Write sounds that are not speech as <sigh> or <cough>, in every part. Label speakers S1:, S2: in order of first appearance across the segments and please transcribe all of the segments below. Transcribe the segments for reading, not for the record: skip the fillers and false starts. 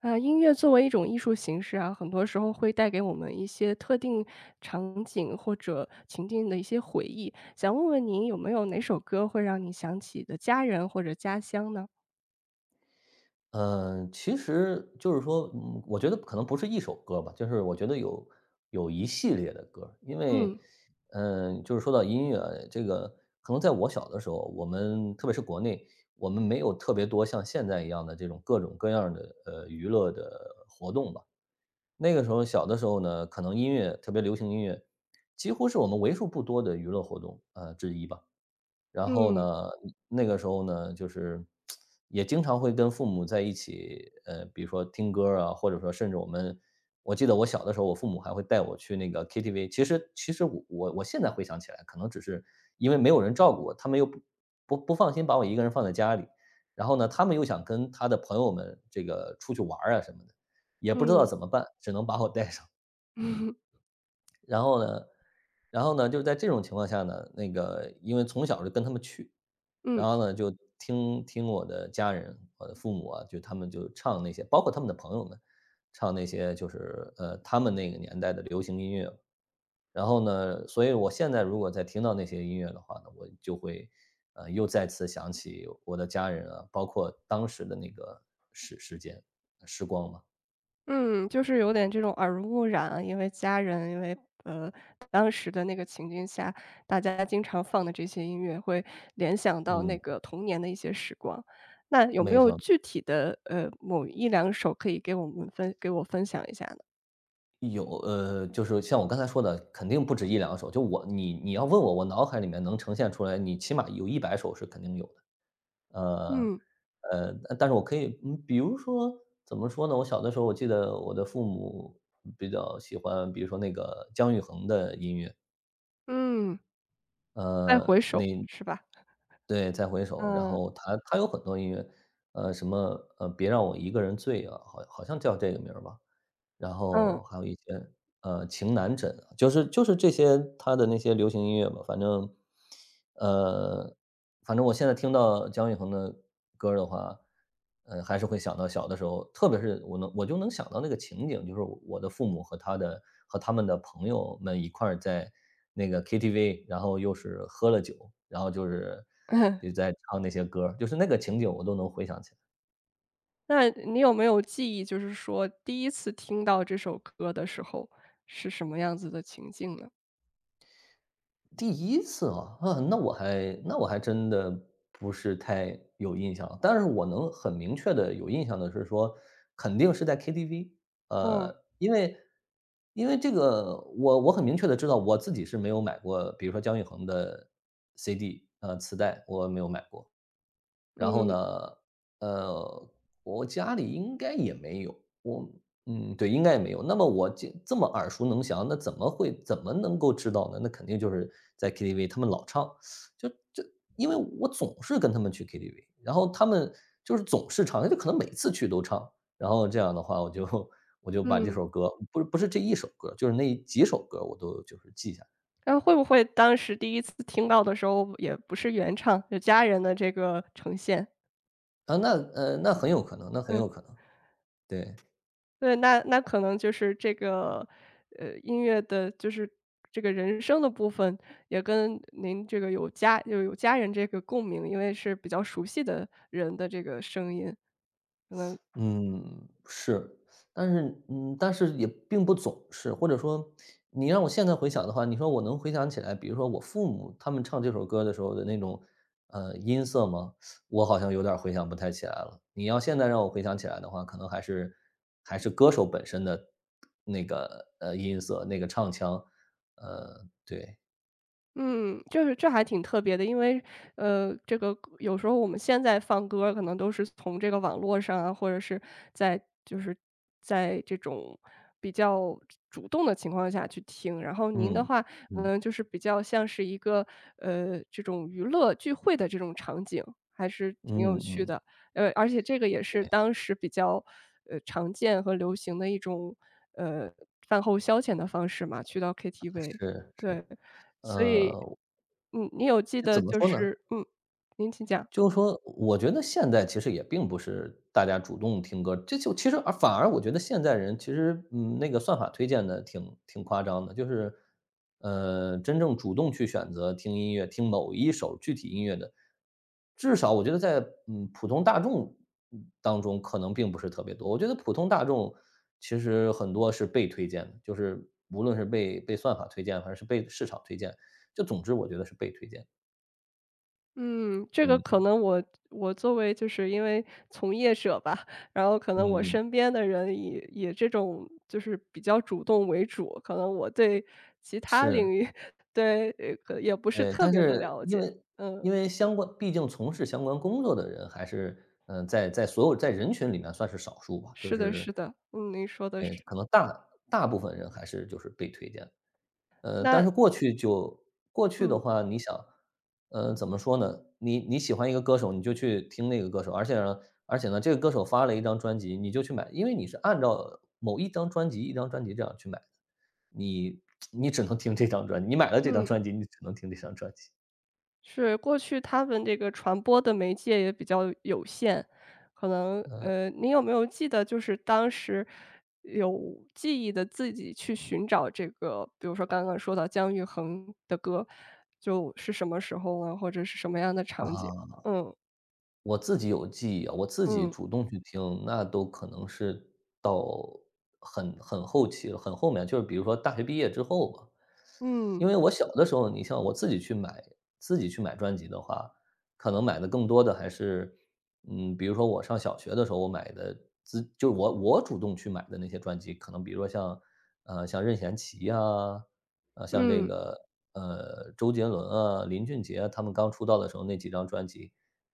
S1: 音乐作为一种艺术形式啊，很多时候会带给我们一些特定场景或者情境的一些回忆。想问问您有没有哪首歌会让你想起的家人或者家乡呢？
S2: 嗯，其实就是说，我觉得可能不是一首歌吧，就是我觉得有一系列的歌儿因为，
S1: 嗯，
S2: 就是说到音乐这个，可能在我小的时候，我们特别是国内，我们没有特别多像现在一样的这种各种各样的娱乐的活动吧。那个时候小的时候呢，可能音乐特别流行音乐，几乎是我们为数不多的娱乐活动之一吧。然后
S1: 嗯，
S2: 呢，那个时候呢，就是也经常会跟父母在一起，比如说听歌儿啊，或者说甚至我记得我小的时候，我父母还会带我去那个 KTV。其实我现在回想起来，可能只是因为没有人照顾我，他们又不放心把我一个人放在家里，然后呢，他们又想跟他的朋友们这个出去玩儿啊什么的，也不知道
S1: 嗯
S2: 怎么办，只能把我带上。
S1: <laughs>，
S2: 然后呢然后呢，就是在这种情况下呢，那个因为从小就跟他们去，然
S1: 嗯。
S2: 后呢，就听我的家人，我的父母啊，就他们就唱那些，包括他们的朋友们，唱那些就是他们那个年代的流行音乐。然后呢，所以我现在如果再听到那些音乐的话呢，我就会又再次想起我的家人啊，包括当时的那个时时间时光嘛。
S1: 嗯，就是有点这种耳濡目染啊，因为家人，因为呃当时的那个情境下，大家经常放的这些音乐，会联想到那
S2: 嗯，
S1: 个童年的一些时光。那有没
S2: 没
S1: 有
S2: 错。
S1: 具体的某一两首可以给我分享一下呢？
S2: 有，就是像我刚才说的，肯定不止一两首。就我你要问我，我脑海里面能呈现出来，你起码有100首是肯定有的。呃，
S1: 嗯，
S2: 呃，但是我可以比如说怎么说呢？我小的时候，我记得我的父母比较喜欢，比如说那个姜育恒的音乐，
S1: 嗯，再回
S2: 呃，
S1: 首
S2: 那
S1: 是吧？
S2: 对，《再回首》，然
S1: 嗯，
S2: 后他有很多音乐，什么，《别让我一个人醉》啊，好像叫这个名儿吧。然后
S1: 嗯，
S2: 还有一些，情难枕啊就是这些他的那些流行音乐吧，呃，反正我现在听到姜育恒的歌儿的话，还是会想到小的时候，特别是我就能想到那个情景，就是我的父母和他们的朋友们一块儿在那个 KTV，然后又是喝了酒，然后就
S1: <laughs>
S2: 在唱那些歌儿就是那个情景我都能回想起来。
S1: 那你有没有记忆，就是说第一次听到这首歌的时候是什么样子的情境呢？
S2: 第一次啊，那我还真的不是太有印象但是我能很明确的有印象的是说，肯定是在 KTV。
S1: 嗯，
S2: 呃，因为因为这个我很明确的知道我自己是没有买过，比如说姜育恒的 CD，磁带，我没有买过。然后
S1: 嗯，
S2: 呢，呃，我家里应该也没有，我对，应该也没有。那么我这么耳熟能详，那怎么能够知道呢？那肯定就是在 KTV，他们老唱，就因为我总是跟他们去 KTV，然后他们就是总是唱，就可能每次去都唱，然后这样的话，我就 <laughs> 我就把这
S1: 嗯。
S2: 首歌，不是这一首歌，就是那几首歌我都就是记下来。
S1: 然后会不会当时第一次听到的时候也不是原唱，有家人的这个呈现？
S2: 啊，那很有可能，那很
S1: 嗯，
S2: 有可能，对。
S1: 对，那那可能就是这个，音乐的就是这个人声的部分，也跟您这个有家人这个共鸣，因为是比较熟悉的人的这个声音。
S2: 嗯，是，但是但是也并不总是，或者说你让我现在回想的话，你说我能回想起来，比如说我父母他们唱这首歌的时候的那种，音色吗？我好像有点儿回想不太起来了。你要现在让我回想起来的话，可能还是歌手本身的那个，音色，那个唱腔，对，
S1: 嗯，就是这还挺特别的，因为，这个有时候我们现在放歌儿可能都是从这个网络上啊，或者是在就是在这种比较主动的情况下去听。然后您的
S2: 嗯，
S1: 话，
S2: 嗯，
S1: 嗯，就是比较像是一个，这种娱乐聚会的这种场景，还是挺
S2: 嗯
S1: 有趣
S2: 嗯，
S1: 的。而且这个也是当时比较，常见和流行的一种，呃，饭后消遣的方式嘛，去到 KTV,
S2: 是是，
S1: 对。所以，
S2: 呃，
S1: 嗯，你有记
S2: 这
S1: 得
S2: 怎么
S1: 就
S2: 说呢？
S1: 是嗯，您请讲。
S2: 就是说，我觉得现在其实也并不是大家主动听歌，这就其实而反而我觉得现在人其实，那个算法推荐的挺夸张的，就是，真正主动去选择听音乐、听某一首具体音乐的，至少我觉得在普通大众当中可能并不是特别多。我觉得普通大众其实很多是被推荐的，就是无论是被算法推荐还是被市场推荐，就总之我觉得是被推荐。
S1: 嗯，这个可
S2: 嗯
S1: 能我作为就是因为从业者吧，然后可能我
S2: 嗯嗯，
S1: 身边的人以这种就是比较主动为主，可能我对其他领
S2: 是。
S1: 域 <laughs> 对，可也不是
S2: 对，
S1: 特
S2: 但
S1: 别的
S2: 是
S1: 了
S2: 因
S1: 解。
S2: 为
S1: 嗯，
S2: 因为相关毕竟从事相关工作的人还是，在所有在人群里面算是少数吧，就
S1: 是的
S2: 是，
S1: 是的，嗯，您说的
S2: 对，
S1: 是。
S2: 可能大部分人还是就是被推荐。但
S1: 那
S2: 是过去的
S1: 嗯。
S2: 话，你想，怎么说呢？你喜欢一个歌手，你就去听那个歌手，而且呢，这个歌手发了一张专辑，你就去买，因为你是按照某一张专辑一张专辑这样去买的，你 <tsk> 你只能听这张专辑，你买了这张专辑，你只能听这张专辑。
S1: 是，过去他们这个传播的媒介也比较有限，可能你有没有记得就是当时有记忆的自己去寻找这个，比如说刚刚说到姜育恒的歌，就是什么时候啊，或者是什么样的场景？
S2: 啊。
S1: 嗯，
S2: 我自己有记忆啊，我自己
S1: 嗯，
S2: 主动去听，那都可能是到很后期了，很后面，就是比如说大学毕业之后吧。因
S1: 嗯，
S2: 为我小的时候，你像我自己去买专辑的话，可能买的更多的还是，比如说我上小学的时候，我买的就是我主动去买的那些专辑，可能比如说像，像任贤齐呀，像这
S1: 嗯，
S2: 个，周杰伦啊、林俊杰啊他们刚出道的时候那几张专辑，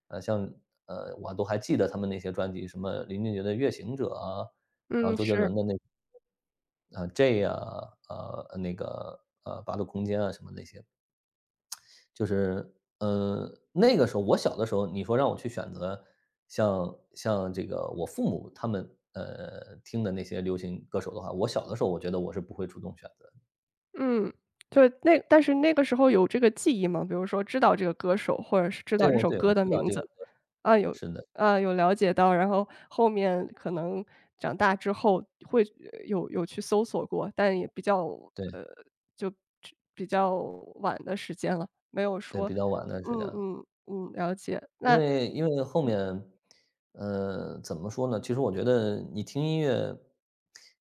S2: 像，我都还记得他们那些专辑，什么林俊杰的《月行者》啊然后
S1: 嗯，
S2: 周杰
S1: 是。
S2: 伦的那啊，J 啊，那个，八度空间啊什么那些，就是，那个时候我小的时候，你说让我去选择像这个我父母他们，听的那些流行歌手的话，我小的时候我觉得我是不会主动选择的。
S1: 嗯，那但是那个时候有这个记忆吗？比如说知道这个歌手，或者是知
S2: 对，
S1: 道这
S2: 我
S1: 首
S2: 对，我
S1: 歌的
S2: 知道
S1: 名
S2: 这个
S1: 字，
S2: 歌
S1: 啊，有
S2: 是的，
S1: 啊，有了解到，然后后面可能长大之后会有去搜索过，但也比较
S2: 对，
S1: 呃，就只比较晚的时间了，没有
S2: 对，
S1: 说
S2: 比较晚的时间。
S1: 嗯
S2: 样。
S1: 嗯嗯，了解，
S2: 因
S1: 那
S2: 为因为后面，怎么说呢？其实我觉得你听音乐，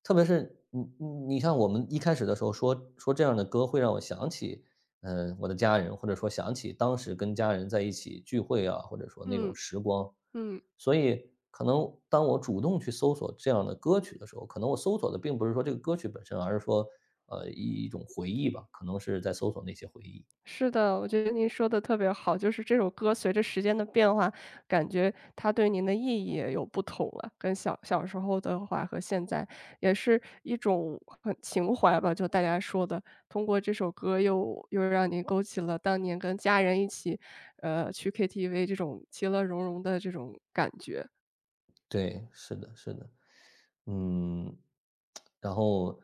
S2: 特别是你看我们一开始的时候说说这样的歌会让我想起，我的家人，或者说想起当时跟家人在一起聚会啊，或者说那种
S1: 嗯
S2: 时光。
S1: 嗯。
S2: 所以可能当我主动去搜索这样的歌曲的时候，可能我搜索的并不是说这个歌曲本身，而是说一种回忆吧，可能是在搜索那些回忆。
S1: 是的，我觉得您说的特别好，就是这首歌随着时间的变化，感觉它对您的意义也有不同了，跟小小时候的话和现在，也是一种很情怀吧，就大家说的，通过这首歌又让您勾起了当年跟家人一起，去 KTV 这种其乐融融的这种感觉。
S2: 对，是的，是的。嗯，然后，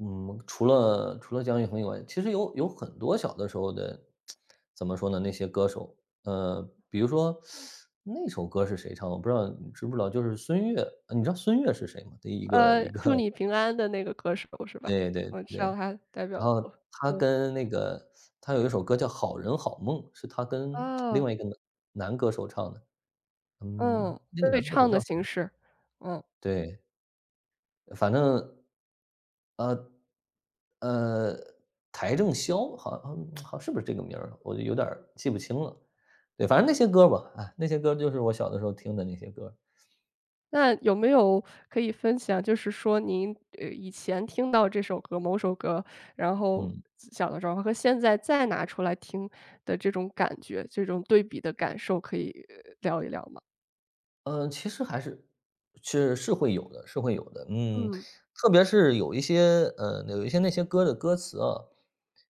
S2: 除了姜育恒以外，其实有很多小的时候的，怎么说呢？那些歌手，呃，比如说那首歌是谁唱的，我不知道你知不知道，就是孙悦，你知道孙悦是谁吗？的一个
S1: 呃，
S2: 一个，
S1: 祝
S2: <laughs>
S1: 你平安的那个歌手是吧？
S2: 对对
S1: 我知
S2: 对，
S1: 道他代表
S2: 然后
S1: 作，
S2: 他
S1: 嗯，
S2: 跟那个他有一首歌叫《好人好梦》，是他跟另
S1: 哦，
S2: 外一个男歌手唱的，嗯，
S1: 嗯，
S2: 那个
S1: 对
S2: 男歌手
S1: 唱
S2: 叫
S1: 的
S2: 什
S1: 形
S2: 么？
S1: 式，嗯。
S2: 对，反正，呃，呃，邰正宵好像是不是这个名儿啊，我就有点儿记不清了。对，反正那些歌吧，啊，那些歌就是我小的时候听的那些歌
S1: 那有没有可以分享，就是说您，以前听到这首歌某首歌，然后
S2: 嗯。
S1: 小的时候和现在再拿出来听的这种感觉，这种对比的感受可以聊一聊吗？
S2: 嗯，其实是会有的，是会有的。嗯，
S1: 嗯，
S2: 特别是有一些有一些那些歌的歌词啊，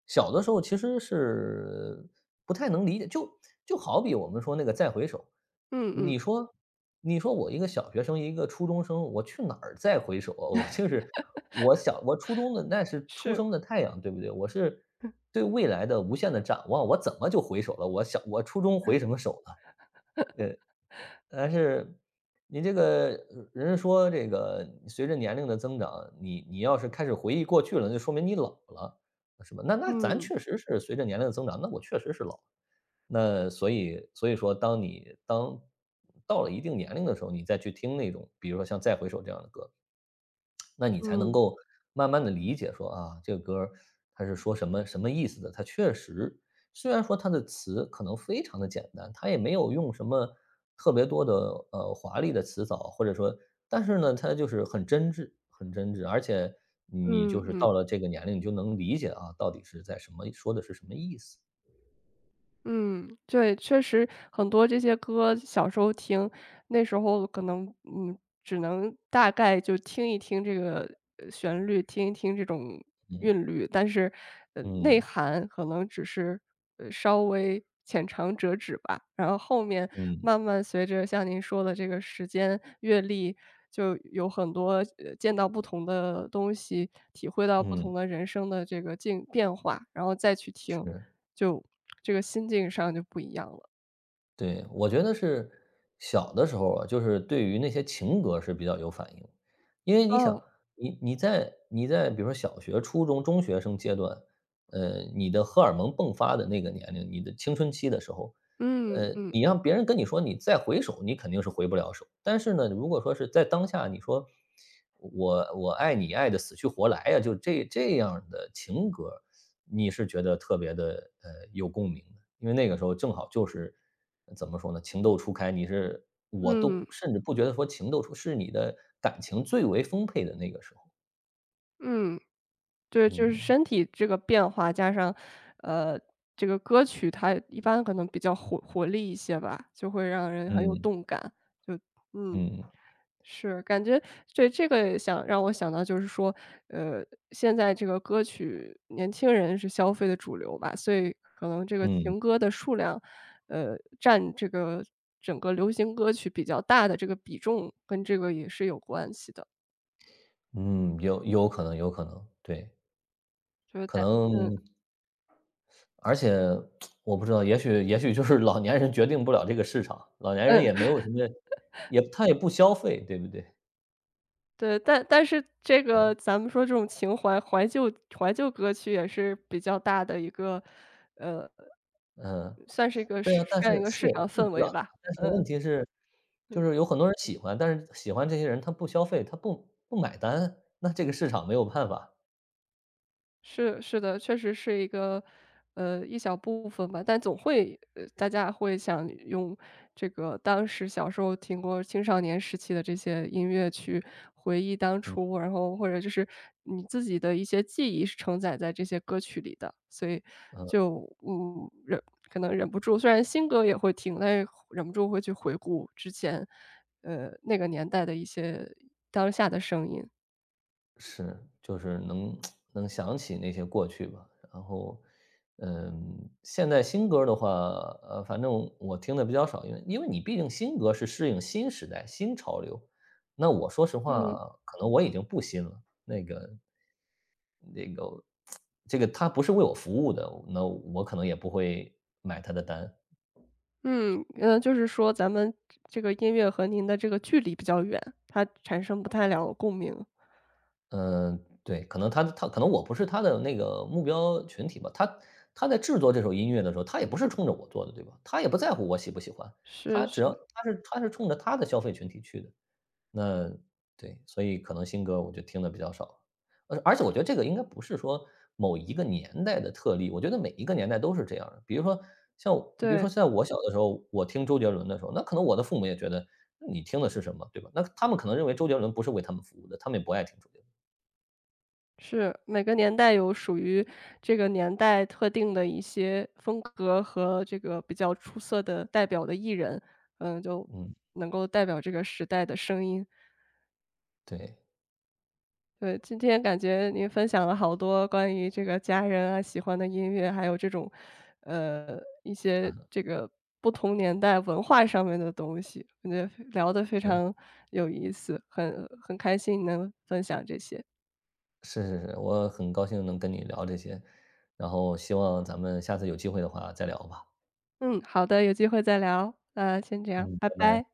S2: 小的时候其实是不太能理解。就好比我们说那个《再回首》，
S1: 嗯嗯，
S2: 你说你说我一个小学生，一个初中生，我去哪儿再回首啊？<laughs> 我就是我初中的那是初
S1: 是，
S2: 升的太阳，对不对？我是对未来的无限的展望，我怎么就回首了？我初中回什么首呢？但是你这个人家说这个随着年龄的增长，你要是开始回忆过去了，那就说明你老了，是吧？那咱
S1: 嗯，
S2: 确实是随着年龄的增长，那我确实是老了。那所以所以说，当到了一定年龄的时候，你再去听那种，比如说像《再回首》这样的歌，那你才能
S1: 嗯，
S2: 够慢慢的理解说，啊，这个歌儿它是说什么什么意思的。它确实虽然说它的词可能非常的简单，它也没有用什么特别多的，华丽的词藻，或者说但是呢，它就是很真挚很真挚。而且你
S1: 嗯
S2: 就是
S1: 嗯，
S2: 到了这个年龄，你就能理解啊，到底是在什么说的是什么意思。
S1: 嗯，对，确实很多这些歌小时候听，那时候可能，嗯，只能大概就听一听这个，旋律，听一听这种
S2: 嗯，
S1: 韵律，但是，内
S2: 嗯，
S1: 涵可能只是，稍微浅尝辄止吧。然后后面
S2: 嗯，
S1: 慢慢随着像您说的这个时间、阅历，就有很多，见到不同的东西，体会到不
S2: 嗯，
S1: 同的人生的这个境变化，然后再去听，
S2: 是。
S1: 就这个心境上就不一样了。
S2: 对，我觉得是小的时候啊，就是对于那些情歌是比较有反应。因为你想，
S1: 哦，
S2: 你在比如说小学、初中、中学生阶段，你的荷尔蒙迸发的那个年龄，你的青春期的时候，
S1: 嗯嗯
S2: 你让别人跟你说你再回首，你肯定是回不了手。但是呢，如果说是在当下，你说我爱你爱的死去活来呀，就这样的情歌，你是觉得特别的有共鸣的。因为那个时候正好就是怎么说呢，情窦初开，你是我都
S1: 嗯
S2: 甚至不觉得说情窦初是你的感情最为丰沛的那个时候。
S1: 嗯。对，就是
S2: 嗯，
S1: 身体这个变化，加上，呃，这个歌曲它一般可能比较活力一些吧，就会让人很有
S2: 嗯，
S1: 动感。就嗯，
S2: 嗯，
S1: 是，感觉对，这个也想让我想到就是说，呃，现在这个歌曲年轻人是消费的主流吧，所以可能这个
S2: 嗯，
S1: 情歌的数量，占这个整个流行歌曲比较大的这个比重，跟这个也是有关系的。
S2: 嗯，有可能，对，
S1: 就是
S2: 可
S1: 在嗯，
S2: 能而且我不知道，也许就是老年人决定不了这个市场，老年人也没
S1: 嗯。
S2: 有什么也他也不消费，对不对？
S1: 对，但但是这个咱们说这种情怀怀旧歌曲也是比较大的一个，呃，
S2: 嗯。
S1: 算是一个
S2: 对啊，但
S1: 这
S2: 是
S1: 样一个
S2: 是
S1: 市场
S2: 是
S1: 氛
S2: 比较
S1: 围
S2: 大，
S1: 吧，
S2: 但是问
S1: 嗯，
S2: 题是，就
S1: 嗯。
S2: 是有很多人喜欢，但是喜欢这些人他不消费，他不买单，那这个市场没有办法。
S1: 是是的，确实是一个，一小部分吧，但总会大家会想用这个当时小时候听过青少年时期的这些音乐去回忆当
S2: 嗯，
S1: 初，然后或者就是你自己的一些记忆是承载在这些歌曲里的，所以
S2: 嗯，
S1: 就嗯，忍可能忍不住，虽然新歌也会听，但是忍不住会去回顾之前，那个年代的一些当下的声音。
S2: 是，就是能 <tsk> 能想起那些过去吧。然后，嗯，现在新歌儿的话，反正我听的比较少，因为你毕竟新歌是适应新时代、新潮流，那我说实话，
S1: 嗯。
S2: 可能我已经不新了，那个这个他不是为我服务的，那我可能也不会买他的单。
S1: 嗯，就是说咱们这个音乐和您的这个距离比较远，它产生不太了共鸣。
S2: 嗯，对，可能他可能我不是他的那个目标群体吧。他他在制作这首音乐的时候，他也不是冲着我做的，对吧？他也不在乎我喜不喜欢，他
S1: 是
S2: 只要
S1: 是，
S2: 他是冲着他的消费群体去的。那对，所以可能新歌我就听的比较少。而且我觉得这个应该不是说某一个年代的特例，我觉得每一个年代都是这样的。比如说像我比如
S1: 对，
S2: 说在我小的时候，我听周杰伦的时候，那可能我的父母也觉得你听的是什么，对吧？那他们可能认为周杰伦不是为他们服务的，他们也不爱听周杰伦。
S1: 是，每个年代有属于这个年代特定的一些风格和这个比较出色的代表的艺人，嗯，就
S2: 嗯，
S1: 能够代表这个时代的声音。
S2: 对，
S1: 对，今天感觉您分享了好多关于这个家人啊、喜欢的音乐，还有这种，一
S2: 啊，
S1: 些这个不同年代文化上面的东西，感觉得聊得非
S2: 对，
S1: 常有意思，很很开心能分享这些。
S2: 是是是，我很高兴能跟你聊这些，然后希望咱们下次有机会的话再聊吧。
S1: 嗯，好的，有机会再聊，那先这样，
S2: 嗯，
S1: 拜
S2: 拜拜。
S1: 拜。